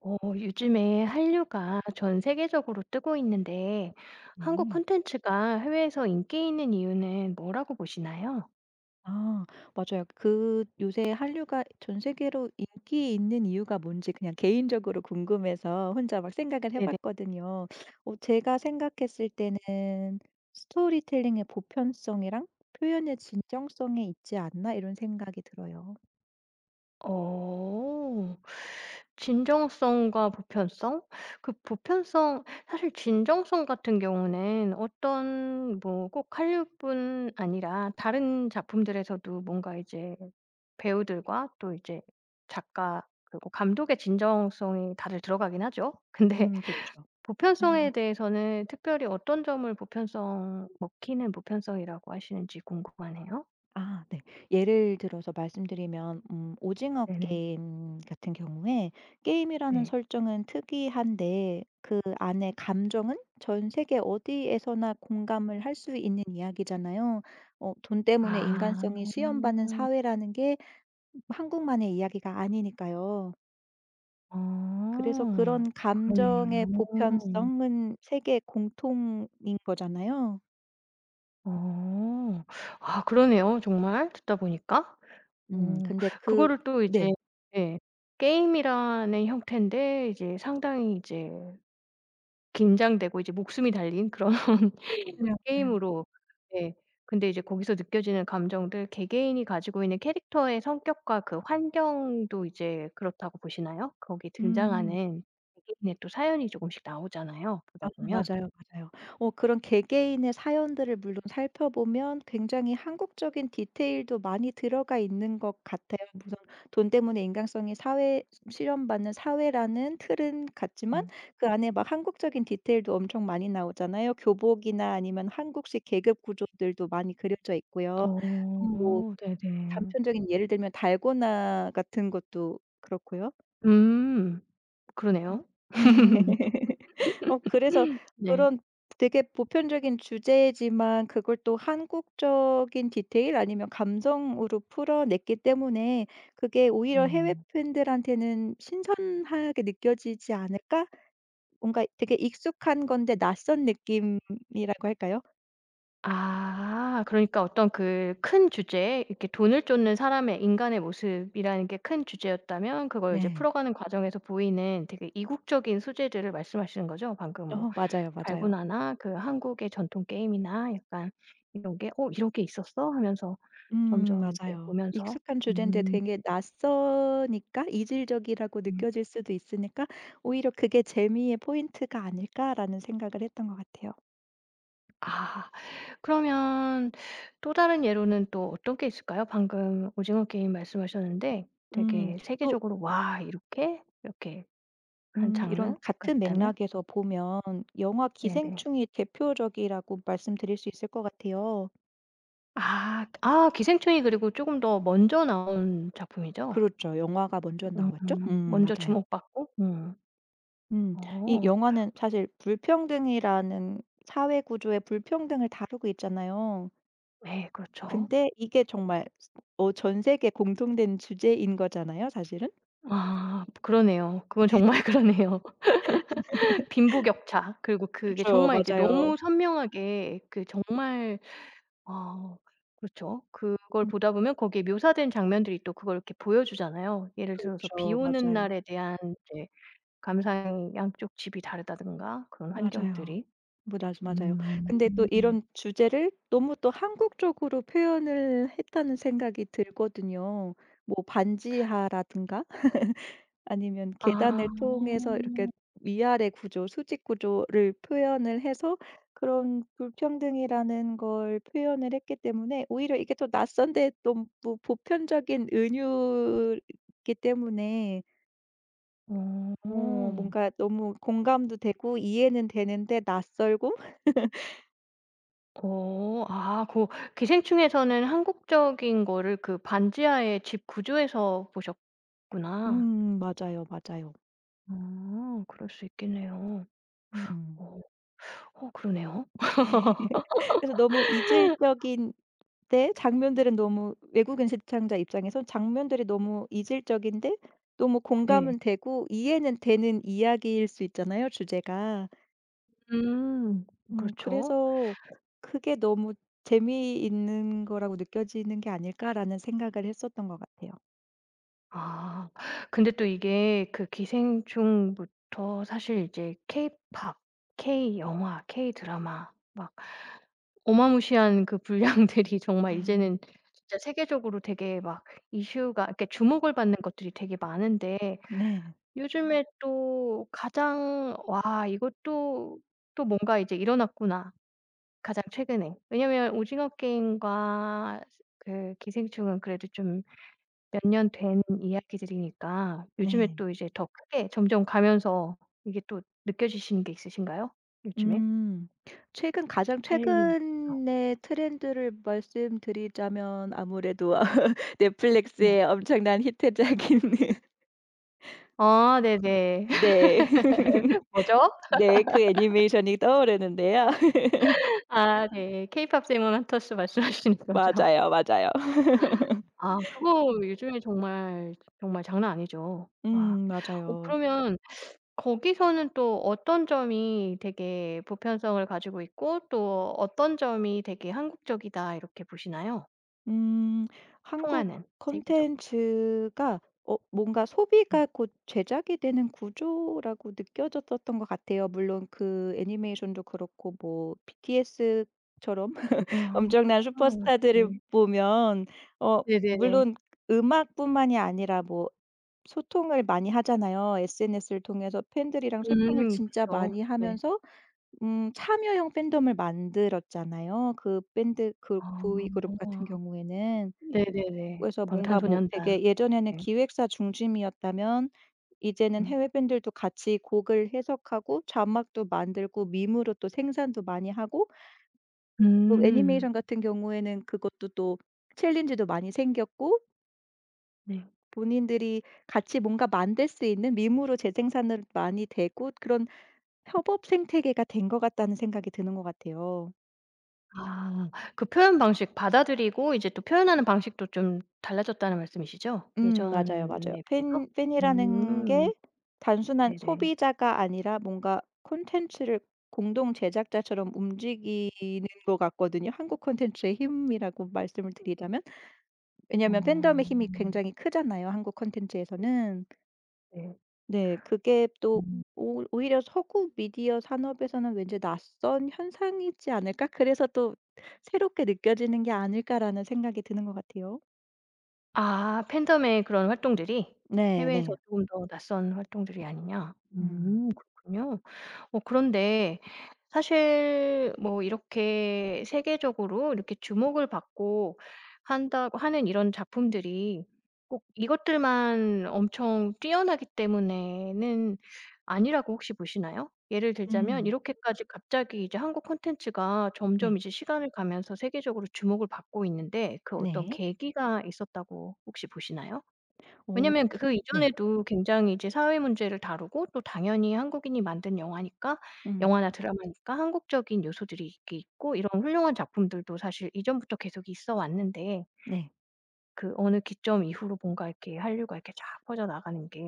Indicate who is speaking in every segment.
Speaker 1: 어, 요즘에 한류가 전 세계적으로 뜨고 있는데 한국
Speaker 2: 음.
Speaker 1: 콘텐츠가 해외에서 인기 있는 이유는 뭐라고 보시나요?
Speaker 2: 아 맞아요. 그 요새 한류가 전 세계로 인기 있는 이유가 뭔지 그냥 개인적으로 궁금해서 혼자 막 생각을 해
Speaker 1: 네네.
Speaker 2: 봤거든요. 제가 생각했을 때는 '스토리텔링의 보편성이랑 표현의 진정성에 있지 않나?' 이런 생각이 들어요.
Speaker 1: 어, 진정성과 보편성? 그 보편성, 사실 진정성 같은 경우는 어떤 뭐 꼭 한류뿐 아니라 다른 작품들에서도 뭔가 이제 배우들과 또 이제 작가 그리고 감독의 진정성이 다들 들어가긴 하죠. 근데
Speaker 2: 그렇죠.
Speaker 1: 보편성에 대해서는 특별히 어떤 점을 보편성 먹히는 보편성이라고 하시는지 궁금하네요.
Speaker 2: 네. 예를 들어서 말씀드리면 오징어
Speaker 1: 네네.
Speaker 2: 게임 같은 경우에 게임이라는
Speaker 1: 네.
Speaker 2: 설정은 특이한데 그 안에 감정은 전 세계 어디에서나 공감을 할 수 있는 이야기잖아요. 돈 때문에
Speaker 1: 아.
Speaker 2: 인간성이 시험받는 사회라는 게 한국만의 이야기가 아니니까요. 그래서
Speaker 1: 어,
Speaker 2: 그런 감정의
Speaker 1: 그러네요.
Speaker 2: 보편성은 세계 공통인 거잖아요.
Speaker 1: 어. 아 그러네요, 정말 듣다 보니까. 어
Speaker 2: 근데 그
Speaker 1: 그거를 또 이제
Speaker 2: 네.
Speaker 1: 예 게임이라는 형태인데 이제 상당히 이제 긴장되고 이제 목숨이 달린 그런
Speaker 2: 음 맞아요, 맞아요.
Speaker 1: 게임으로. 네. 근데 이제 거기서 느껴지는 감정들 개개인이 가지고 있는 캐릭터의 성격과 그 환경도 이제 그렇다고 보시나요? 거기
Speaker 2: 음. 음.
Speaker 1: 등장하는 개개인의 또 사연이 조금씩 나오잖아요, 보다 보면.
Speaker 2: 맞아요, 맞아요. 그런 개개인의 사연들을 물론 살펴보면 굉장히 한국적인 디테일도 많이 들어가 있는 것 같아요. 우선 돈 때문에 인간성이 사회 실현받는 사회라는 틀은 같지만
Speaker 1: 음.
Speaker 2: 그 안에 막 한국적인 디테일도 엄청 많이 나오잖아요. 교복이나 아니면 한국식 계급 구조들도 많이 그려져 있고요. 음 뭐
Speaker 1: 어 네네.
Speaker 2: 단편적인 예를 들면 달고나 같은 것도 그렇고요.
Speaker 1: 음. 그러네요.
Speaker 2: 네. 그래서
Speaker 1: 네.
Speaker 2: 그런 되게 보편적인 주제지만 그걸 또 한국적인 디테일 아니면 감성으로 풀어냈기 때문에 그게 오히려 해외
Speaker 1: 네.
Speaker 2: 팬들한테는 '신선하게 느껴지지 않을까?' 뭔가 되게 익숙한 건데 낯선 느낌이라고 할까요?
Speaker 1: 아 그러니까 어떤 그 큰 주제에 이렇게 돈을 쫓는 사람의 인간의 모습이라는 게 큰 주제였다면 그걸 이제
Speaker 2: 네.
Speaker 1: 풀어가는 과정에서 보이는 되게 이국적인 소재들을 말씀하시는 거죠? 방금 뭐
Speaker 2: 맞아요, 맞아요.
Speaker 1: 달고나나 그 한국의 전통 게임이나 약간 이런 게 '어 이런 게 있었어?' 하면서 점점 이제
Speaker 2: 맞아요.
Speaker 1: 보면서
Speaker 2: 익숙한 주제인데
Speaker 1: 음.
Speaker 2: 되게 낯서니까 이질적이라고 느껴질 수도 있으니까 오히려 '그게 재미의 포인트가 아닐까.'라는 생각을 했던 것 같아요.
Speaker 1: 아. 그러면 또 다른 예로는 또 어떤 게 있을까요? 방금 오징어 게임 말씀하셨는데
Speaker 2: 음
Speaker 1: 되게
Speaker 2: 또
Speaker 1: 세계적으로 와 이렇게 이렇게 한
Speaker 2: 이런
Speaker 1: 장르가
Speaker 2: 같은
Speaker 1: 있다면?
Speaker 2: 맥락에서 보면 영화
Speaker 1: 네네.
Speaker 2: 기생충이 대표적이라고 말씀드릴 수 있을 것 같아요.
Speaker 1: 아. 아 기생충이 그리고 조금 더 먼저 나온 작품이죠?
Speaker 2: 그렇죠. 영화가 먼저 나왔죠.
Speaker 1: 음. 먼저
Speaker 2: 맞아요.
Speaker 1: 주목받고
Speaker 2: 음 이
Speaker 1: 어.
Speaker 2: 영화는 사실 불평등이라는 사회 구조의 불평등을 다루고 있잖아요.
Speaker 1: 네 그렇죠.
Speaker 2: 근데 이게 정말 전 세계 공통된 주제인 거잖아요 사실은?
Speaker 1: 아 그러네요. 그건 정말 그러네요. 빈부격차 그리고 그게
Speaker 2: 그쵸.
Speaker 1: 정말 이제
Speaker 2: 맞아요.
Speaker 1: 너무 선명하게 그 정말 아 그렇죠. 그걸
Speaker 2: 음
Speaker 1: 보다 보면 거기에 묘사된 장면들이 또 그걸 이렇게 보여주잖아요. 예를 들어서 비
Speaker 2: 그렇죠.
Speaker 1: 오는
Speaker 2: 맞아요.
Speaker 1: 날에 대한 이제 감상 양쪽 집이 다르다든가 그런
Speaker 2: 맞아요.
Speaker 1: 환경들이.
Speaker 2: 맞아요, 맞아요.
Speaker 1: 음.
Speaker 2: 근데 또 이런 주제를 너무 또 한국적으로 표현을 했다는 생각이 들거든요. 반지하라든가 아니면
Speaker 1: 아.
Speaker 2: 계단을 통해서 이렇게 위아래 구조, 수직 구조를 표현을 해서 그런 불평등이라는 걸 표현을 했기 때문에 오히려 이게 더 낯선데 또 뭐 보편적인 은유이기 때문에 어
Speaker 1: 어.
Speaker 2: 뭔가 너무 공감도 되고 이해는 되는데 낯설고
Speaker 1: 어. 아 그 기생충에서는 한국적인 거를 그 반지하의 집 구조에서 보셨구나.
Speaker 2: 맞아요, 맞아요.
Speaker 1: 아 그럴 수 있겠네요.
Speaker 2: 음.
Speaker 1: 어. 어 그러네요.
Speaker 2: 그래서 너무 이질적인 때 장면들은 너무 외국인 시청자 입장에선 장면들이 너무 이질적인데 너무
Speaker 1: 네.
Speaker 2: 공감은 되고 이해는 되는 이야기일 수 있잖아요, 주제가.
Speaker 1: 음. 그렇죠.
Speaker 2: 그래서 그게 너무 '재미있는 거라고 느껴지는 게 아닐까.'라는 생각을 했었던 것 같아요.
Speaker 1: 아. 근데 또 이게 그 기생충부터 사실 이제 케이팝, k 영화 k 드라마 막 어마무시한 그 분량들이 정말
Speaker 2: 음.
Speaker 1: 이제는 진짜 세계적으로 되게 막 이슈가 이렇게 주목을 받는 것들이 되게 많은데
Speaker 2: 네.
Speaker 1: 요즘에 또 가장 '와 이것도 또 뭔가 이제 일어났구나.' 가장 최근에. 왜냐면 오징어 게임과 그 기생충은 그래도 좀 몇 년 된 이야기들이니까 요즘에
Speaker 2: 네.
Speaker 1: 또 이제 더 크게 점점 가면서 이게 또 느껴지시는 게 있으신가요? 요즘에?
Speaker 2: 음. 최근 가장
Speaker 1: 한류에서.
Speaker 2: 최근의 트렌드를 말씀드리자면 아무래도
Speaker 1: 네.
Speaker 2: 넷플릭스의 엄청난 히트작인
Speaker 1: 아 네네.
Speaker 2: 네.
Speaker 1: 뭐죠?
Speaker 2: 네. 그 애니메이션이 떠오르는데요.
Speaker 1: 아 네. 케이팝 세몬 헌터스 말씀하시는 거죠.
Speaker 2: 맞아요, 맞아요.
Speaker 1: 아 그거 요즘에 정말, 정말 장난 아니죠. 와. 어
Speaker 2: 맞아요.
Speaker 1: 그러면 거기서는 또 어떤 점이 되게 보편성을 가지고 있고 또 어떤 점이 되게 한국적이다 이렇게 보시나요?
Speaker 2: 음 한국
Speaker 1: 통하는 세계적으로.
Speaker 2: 콘텐츠가 뭔가
Speaker 1: 네.
Speaker 2: 소비가 곧 제작이 되는 구조라고 느껴졌었던 것 같아요. 물론 그 애니메이션도 그렇고 뭐 BTS처럼
Speaker 1: 아
Speaker 2: 엄청난 슈퍼스타들을
Speaker 1: 네네.
Speaker 2: 보면 어
Speaker 1: 네네네.
Speaker 2: 물론 음악뿐만이 아니라 뭐 소통을 많이 하잖아요. SNS를 통해서 팬들이랑 소통을 진짜 많이
Speaker 1: 그렇죠. 네.
Speaker 2: 하면서 참여형 팬덤을 만들었잖아요. 그 밴드 그
Speaker 1: 아.
Speaker 2: 보이그룹 같은 경우에는.
Speaker 1: 네네네.
Speaker 2: 그래서 뭔가 뭐
Speaker 1: 방탄소년단.
Speaker 2: 되게 예전에는
Speaker 1: 네.
Speaker 2: 기획사 중심이었다면 이제는
Speaker 1: 음.
Speaker 2: 해외 팬들도 같이 곡을 해석하고 자막도 만들고 밈으로 또 생산도 많이 하고 또
Speaker 1: 음.
Speaker 2: 애니메이션 같은 경우에는 그것도 또 챌린지도 많이 생겼고
Speaker 1: 네.
Speaker 2: 본인들이 같이 뭔가 만들 수 있는 밈으로 재생산을 많이 되고 그런 협업 생태계가 된 것 같다는 생각이 드는 것 같아요.
Speaker 1: 아 그 표현 방식 받아들이고 이제 또 표현하는 방식도 좀 달라졌다는 말씀이시죠?
Speaker 2: 맞아요, 맞아요.
Speaker 1: 예전에 비해서?
Speaker 2: 팬 팬이라는
Speaker 1: 음.
Speaker 2: 게 단순한
Speaker 1: 네네.
Speaker 2: 소비자가 아니라 뭔가 콘텐츠를 공동 제작자처럼 움직이는 것 같거든요. 한국 콘텐츠의 힘이라고 말씀을 드리자면.
Speaker 1: 어.
Speaker 2: 왜냐하면 팬덤의 힘이 굉장히 크잖아요, 한국 콘텐츠에서는.
Speaker 1: 네.
Speaker 2: 네. 그게 또
Speaker 1: 음.
Speaker 2: 오 오히려 '서구 미디어 산업에서는 왠지 낯선 현상이지 않을까? 그래서 또 새롭게 느껴지는 게 아닐까.'라는 생각이 드는 것 같아요.
Speaker 1: 아 팬덤의 그런 활동들이
Speaker 2: 네,
Speaker 1: 해외에서
Speaker 2: 네.
Speaker 1: 조금 더 낯선 활동들이 아니냐.
Speaker 2: 음.
Speaker 1: 그렇군요. 어 그런데 사실 뭐 이렇게 세계적으로 이렇게 주목을 받고 한다 하는 이런 작품들이 꼭 이것들만 엄청 뛰어나기 때문에는 아니라고 혹시 보시나요? 예를 들자면
Speaker 2: 음.
Speaker 1: 이렇게까지 갑자기 이제 한국 콘텐츠가
Speaker 2: 네.
Speaker 1: 점점 이제 시간을 가면서 세계적으로 주목을 받고 있는데 그 어떤
Speaker 2: 네.
Speaker 1: 계기가 있었다고 혹시 보시나요?
Speaker 2: 오,
Speaker 1: 왜냐면 그 그
Speaker 2: 네.
Speaker 1: 이전에도 굉장히 이제 사회 문제를 다루고 또 당연히 한국인이 만든 영화니까
Speaker 2: 음.
Speaker 1: 영화나 드라마니까 한국적인 요소들이 있 있고 이런 훌륭한 작품들도 사실 이전부터 계속 있어 왔는데
Speaker 2: 네.
Speaker 1: 그 어느 기점 이후로 뭔가 이렇게 한류가 이렇게 쫙 퍼져나가는 게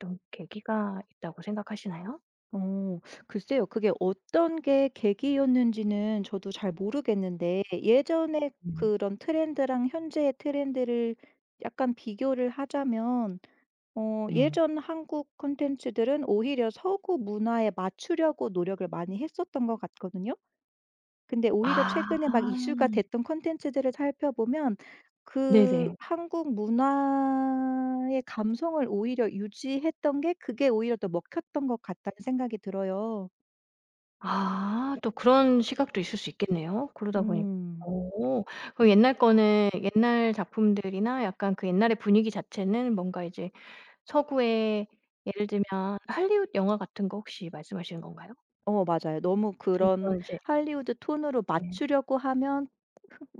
Speaker 1: 좀 계기가 있다고 생각하시나요?
Speaker 2: 오, 글쎄요. 그게 어떤 게 계기였는지는 저도 잘 모르겠는데 예전에
Speaker 1: 음
Speaker 2: 그런 트렌드랑 현재의 트렌드를 약간 비교를 하자면
Speaker 1: 네.
Speaker 2: 예전 한국 콘텐츠들은 오히려 서구 문화에 맞추려고 노력을 많이 했었던 것 같거든요. 근데 오히려
Speaker 1: 아.
Speaker 2: 최근에 막 이슈가 됐던 콘텐츠들을 살펴보면 그
Speaker 1: 네네.
Speaker 2: 한국 문화의 감성을 오히려 유지했던 게 그게 오히려 더 먹혔던 것 같다는 생각이 들어요.
Speaker 1: 아 또 그런 시각도 있을 수 있겠네요. 그러다 보니 까
Speaker 2: 음.
Speaker 1: 그럼 옛날 거는 옛날 작품들이나 약간 그 옛날의 분위기 자체는 뭔가 이제 서구의 예를 들면 할리우드 영화 같은 거 혹시 말씀하시는 건가요?
Speaker 2: 맞아요. 너무
Speaker 1: 좀
Speaker 2: 그런
Speaker 1: 그런 이제
Speaker 2: 할리우드 톤으로
Speaker 1: 네.
Speaker 2: 맞추려고 하면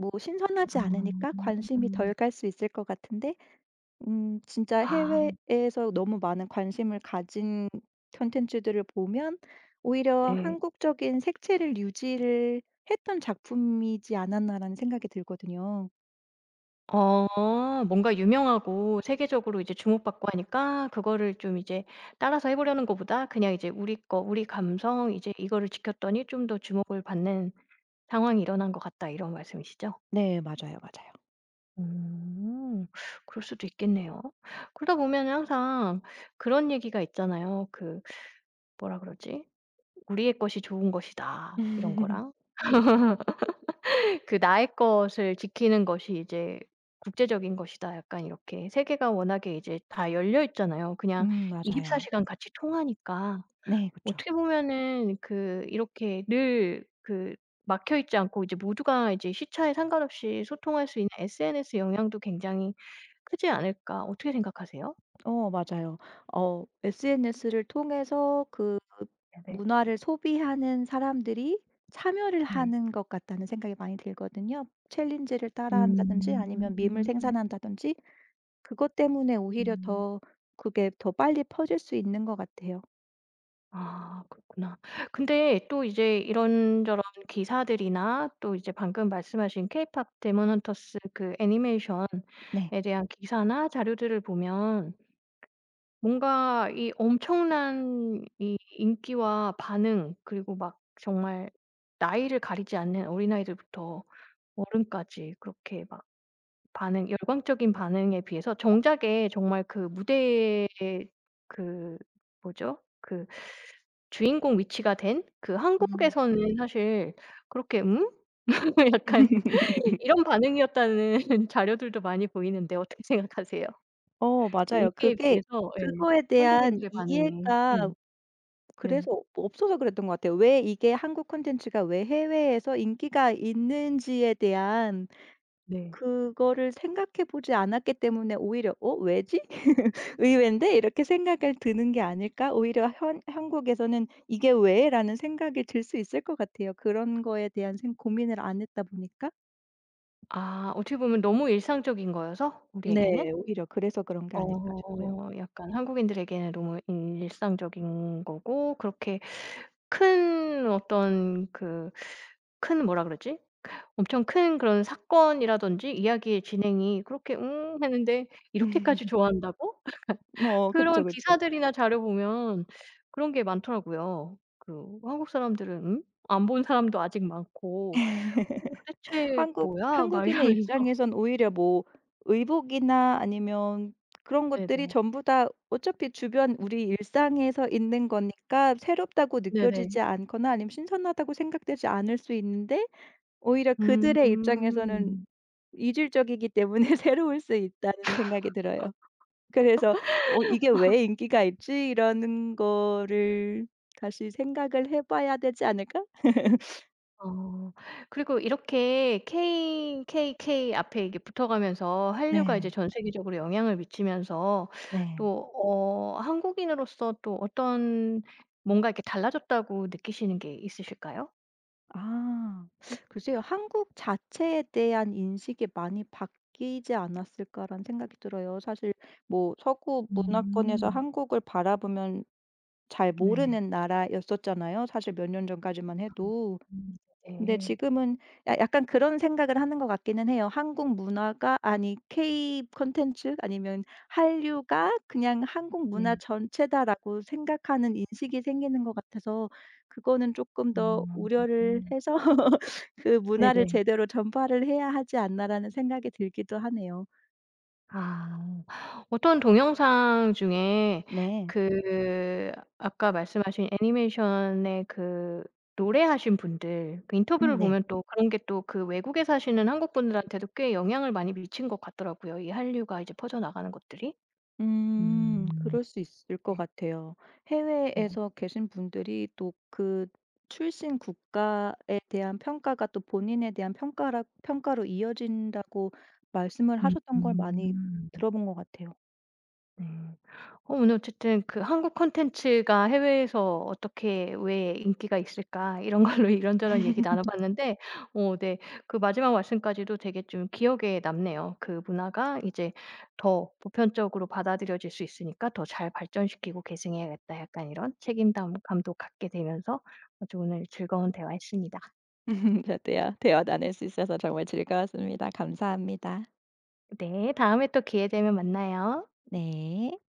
Speaker 2: 뭐 신선하지 않으니까
Speaker 1: 아.
Speaker 2: 관심이 덜 갈 수 있을 것 같은데 진짜
Speaker 1: 아
Speaker 2: 해외에서 너무 많은 관심을 가진 콘텐츠들을 보면 오히려
Speaker 1: 네.
Speaker 2: '한국적인 색채를 유지를 했던 작품이지 않았나.'라는 생각이 들거든요.
Speaker 1: 어 뭔가 유명하고 세계적으로 이제 주목받고 하니까 그거를 좀 이제 따라서 해 보려는 것보다 그냥 이제 우리 거 우리 감성 이제 이거를 지켰더니 좀 더 주목을 받는 "상황이 일어난 것 같다." 이런 말씀이시죠?
Speaker 2: 네. 맞아요, 맞아요.
Speaker 1: 음. 그럴 수도 있겠네요. 그러다 보면 항상 그런 얘기가 있잖아요. 그 뭐라 그러지? "우리의 것이 좋은 것이다." 이런 거랑 그 "나의 것을 지키는 것이 이제 국제적인 것이다." 약간 이렇게 세계가 워낙에 이제 다 열려 있잖아요. 그냥 24
Speaker 2: 맞아요.
Speaker 1: 시간 같이 통하니까
Speaker 2: 네. 그죠
Speaker 1: 어떻게 보면은 그 이렇게 늘 그 막혀 있지 않고 이제 모두가 이제 시차에 상관없이 소통할 수 있는 SNS 영향도 굉장히 크지 않을까 어떻게 생각하세요?
Speaker 2: 어 맞아요. SNS를 통해서 그
Speaker 1: 네네.
Speaker 2: 문화를 소비하는 사람들이 참여를
Speaker 1: 네.
Speaker 2: 하는 것 같다는 생각이 많이 들거든요. 챌린지를 따라한다든지
Speaker 1: 음.
Speaker 2: 아니면 밈을 생산한다든지 그것 때문에 오히려
Speaker 1: 음.
Speaker 2: 더 그게 더 빨리 퍼질 수 있는 것 같아요.
Speaker 1: 아 그렇구나. 근데 또 이제 이런저런 기사들이나 또 이제 방금 말씀하신 케이팝 데몬 헌터스 그
Speaker 2: 네.
Speaker 1: 애니메이션에 대한 기사나 자료들을 보면 뭔가 이 엄청난 이 인기와 반응 그리고 막 정말 나이를 가리지 않는 어린아이들부터 어른까지 그렇게 막 반응 열광적인 반응에 비해서 정작에 정말 그 무대에 그 뭐죠? 그 주인공 위치가 된 그
Speaker 2: 음.
Speaker 1: 한국에서는 사실 그렇게 "음?" 약간 이런 반응이었다는 자료들도 많이 보이는데 어떻게 생각하세요? 그
Speaker 2: 맞아요.
Speaker 1: 인기에
Speaker 2: 그게
Speaker 1: 비해서 예.
Speaker 2: 그거에 대한
Speaker 1: 한국인들의 반응이
Speaker 2: 이해가
Speaker 1: 네.
Speaker 2: 그래서 없어서 그랬던 것 같아요. 왜 이게 한국 콘텐츠가 왜 해외에서 인기가 있는지에 대한
Speaker 1: 네.
Speaker 2: 그거를 생각해 보지 않았기 때문에 오히려 '어 왜지? 의외인데?' 이렇게 생각을 드는 게 아닐까? 오히려 현 한국에서는 '이게 왜?'라는 생각이 들 수 있을 것 같아요. 그런 거에 대한 생 고민을 안 했다 보니까.
Speaker 1: 아 어떻게 보면 너무 일상적인 거여서 우리에게는?
Speaker 2: 네. 오히려 그래서 그런 게 아닐까 싶어요.
Speaker 1: 어 약간 한국인들에게는 너무 일상적인 거고 그렇게 큰 어떤 그 큰 뭐라 그러지? 엄청 큰 그런 사건이라든지 이야기의 진행이 그렇게 했는데 이렇게까지 좋아한다고?
Speaker 2: 뭐 그쵸,
Speaker 1: 그런
Speaker 2: 그쵸.
Speaker 1: 기사들이나 자료 보면 그런 게 많더라고요. 그 한국 사람들은 음? 안 본 사람도 아직 많고 '어 도대체 뭐야?' 막
Speaker 2: 한국인의
Speaker 1: 이러면서.
Speaker 2: 입장에선 오히려 뭐 의복이나 아니면 그런 것들이
Speaker 1: 네네.
Speaker 2: 전부 다 어차피 주변 우리 일상에서 있는 거니까 새롭다고
Speaker 1: 네네.
Speaker 2: 느껴지지 않거나 아니면 신선하다고 생각되지 않을 수 있는데 오히려 그들의 입장에서는
Speaker 1: 음.
Speaker 2: 이질적이기 때문에 새로울 수 있다는 생각이 들어요. 그래서 '어 이게 왜 인기가 있지?' 이러는 거를 다시 생각을 해 봐야 되지 않을까?
Speaker 1: 어. 그리고 이렇게 KKK 앞에 이게 붙어가면서 한류가 이제
Speaker 2: 네.
Speaker 1: 전 세계적으로 영향을 미치면서
Speaker 2: 네.
Speaker 1: 또 어 한국인으로서 또 어떤 뭔가 이렇게 달라졌다고 느끼시는 게 있으실까요?
Speaker 2: 아. 글쎄요. '한국 자체에 대한 인식이 많이 바뀌지 않았을까.'라는 생각이 들어요. 사실 뭐 서구 문화권에서
Speaker 1: 음.
Speaker 2: 한국을 바라보면 잘
Speaker 1: 네네.
Speaker 2: 모르는 나라였었잖아요 사실 몇 년 전까지만
Speaker 1: 음
Speaker 2: 해도. 근데
Speaker 1: 네.
Speaker 2: 지금은 야 약간 그런 생각을 하는 것 같기는 해요. '한국 문화가 아니 K 콘텐츠 아니면 한류가 그냥 한국 문화
Speaker 1: 네. 예.
Speaker 2: 전체다.'라고 생각하는 인식이 생기는 것 같아서 그거는 조금 더
Speaker 1: 아.
Speaker 2: 우려를 해서 그 '문화를
Speaker 1: 네네.
Speaker 2: 제대로 전파를 해야 하지 않나.'라는 생각이 들기도 하네요.
Speaker 1: 아. 어떤 동영상 중에
Speaker 2: 네.
Speaker 1: 그 아까 말씀하신 애니메이션의 그 노래하신 분들 그 인터뷰를
Speaker 2: 네.
Speaker 1: 보면 또 그런 게 또 그 외국에 사시는 한국 분들한테도 꽤 영향을 많이 미친 것 같더라고요, 이 한류가 이제 퍼져나가는 것들이.
Speaker 2: 음.
Speaker 1: 음.
Speaker 2: 그럴 수 있을 것
Speaker 1: 네
Speaker 2: 같아요.
Speaker 1: 네.
Speaker 2: 해외에서 계신 분들이 또 그 출신 국가에 대한 평가가 또 본인에 대한 평가라 평가로 이어진다고 말씀을 하셨던 걸 많이
Speaker 1: 음음.
Speaker 2: 들어본 것 같아요.
Speaker 1: 네. 어 오늘 어쨌든 그 한국 콘텐츠가 해외에서 어떻게 왜 인기가 있을까 이런 걸로 이런저런 얘기 나눠 봤는데 어 네 그 마지막 말씀까지도 되게 좀 기억에 남네요. 그 문화가 이제 더 보편적으로 받아들여질 수 있으니까 '더 잘 발전시키고 계승해야겠다.' 약간 이런 책임감도 갖게 되면서 아주 오늘 즐거운 대화였습니다.
Speaker 2: 네. 대화 나눌 수 있어서 정말 즐거웠습니다. 감사합니다.
Speaker 1: 네. 다음에 또 기회 되면 만나요.
Speaker 2: 네.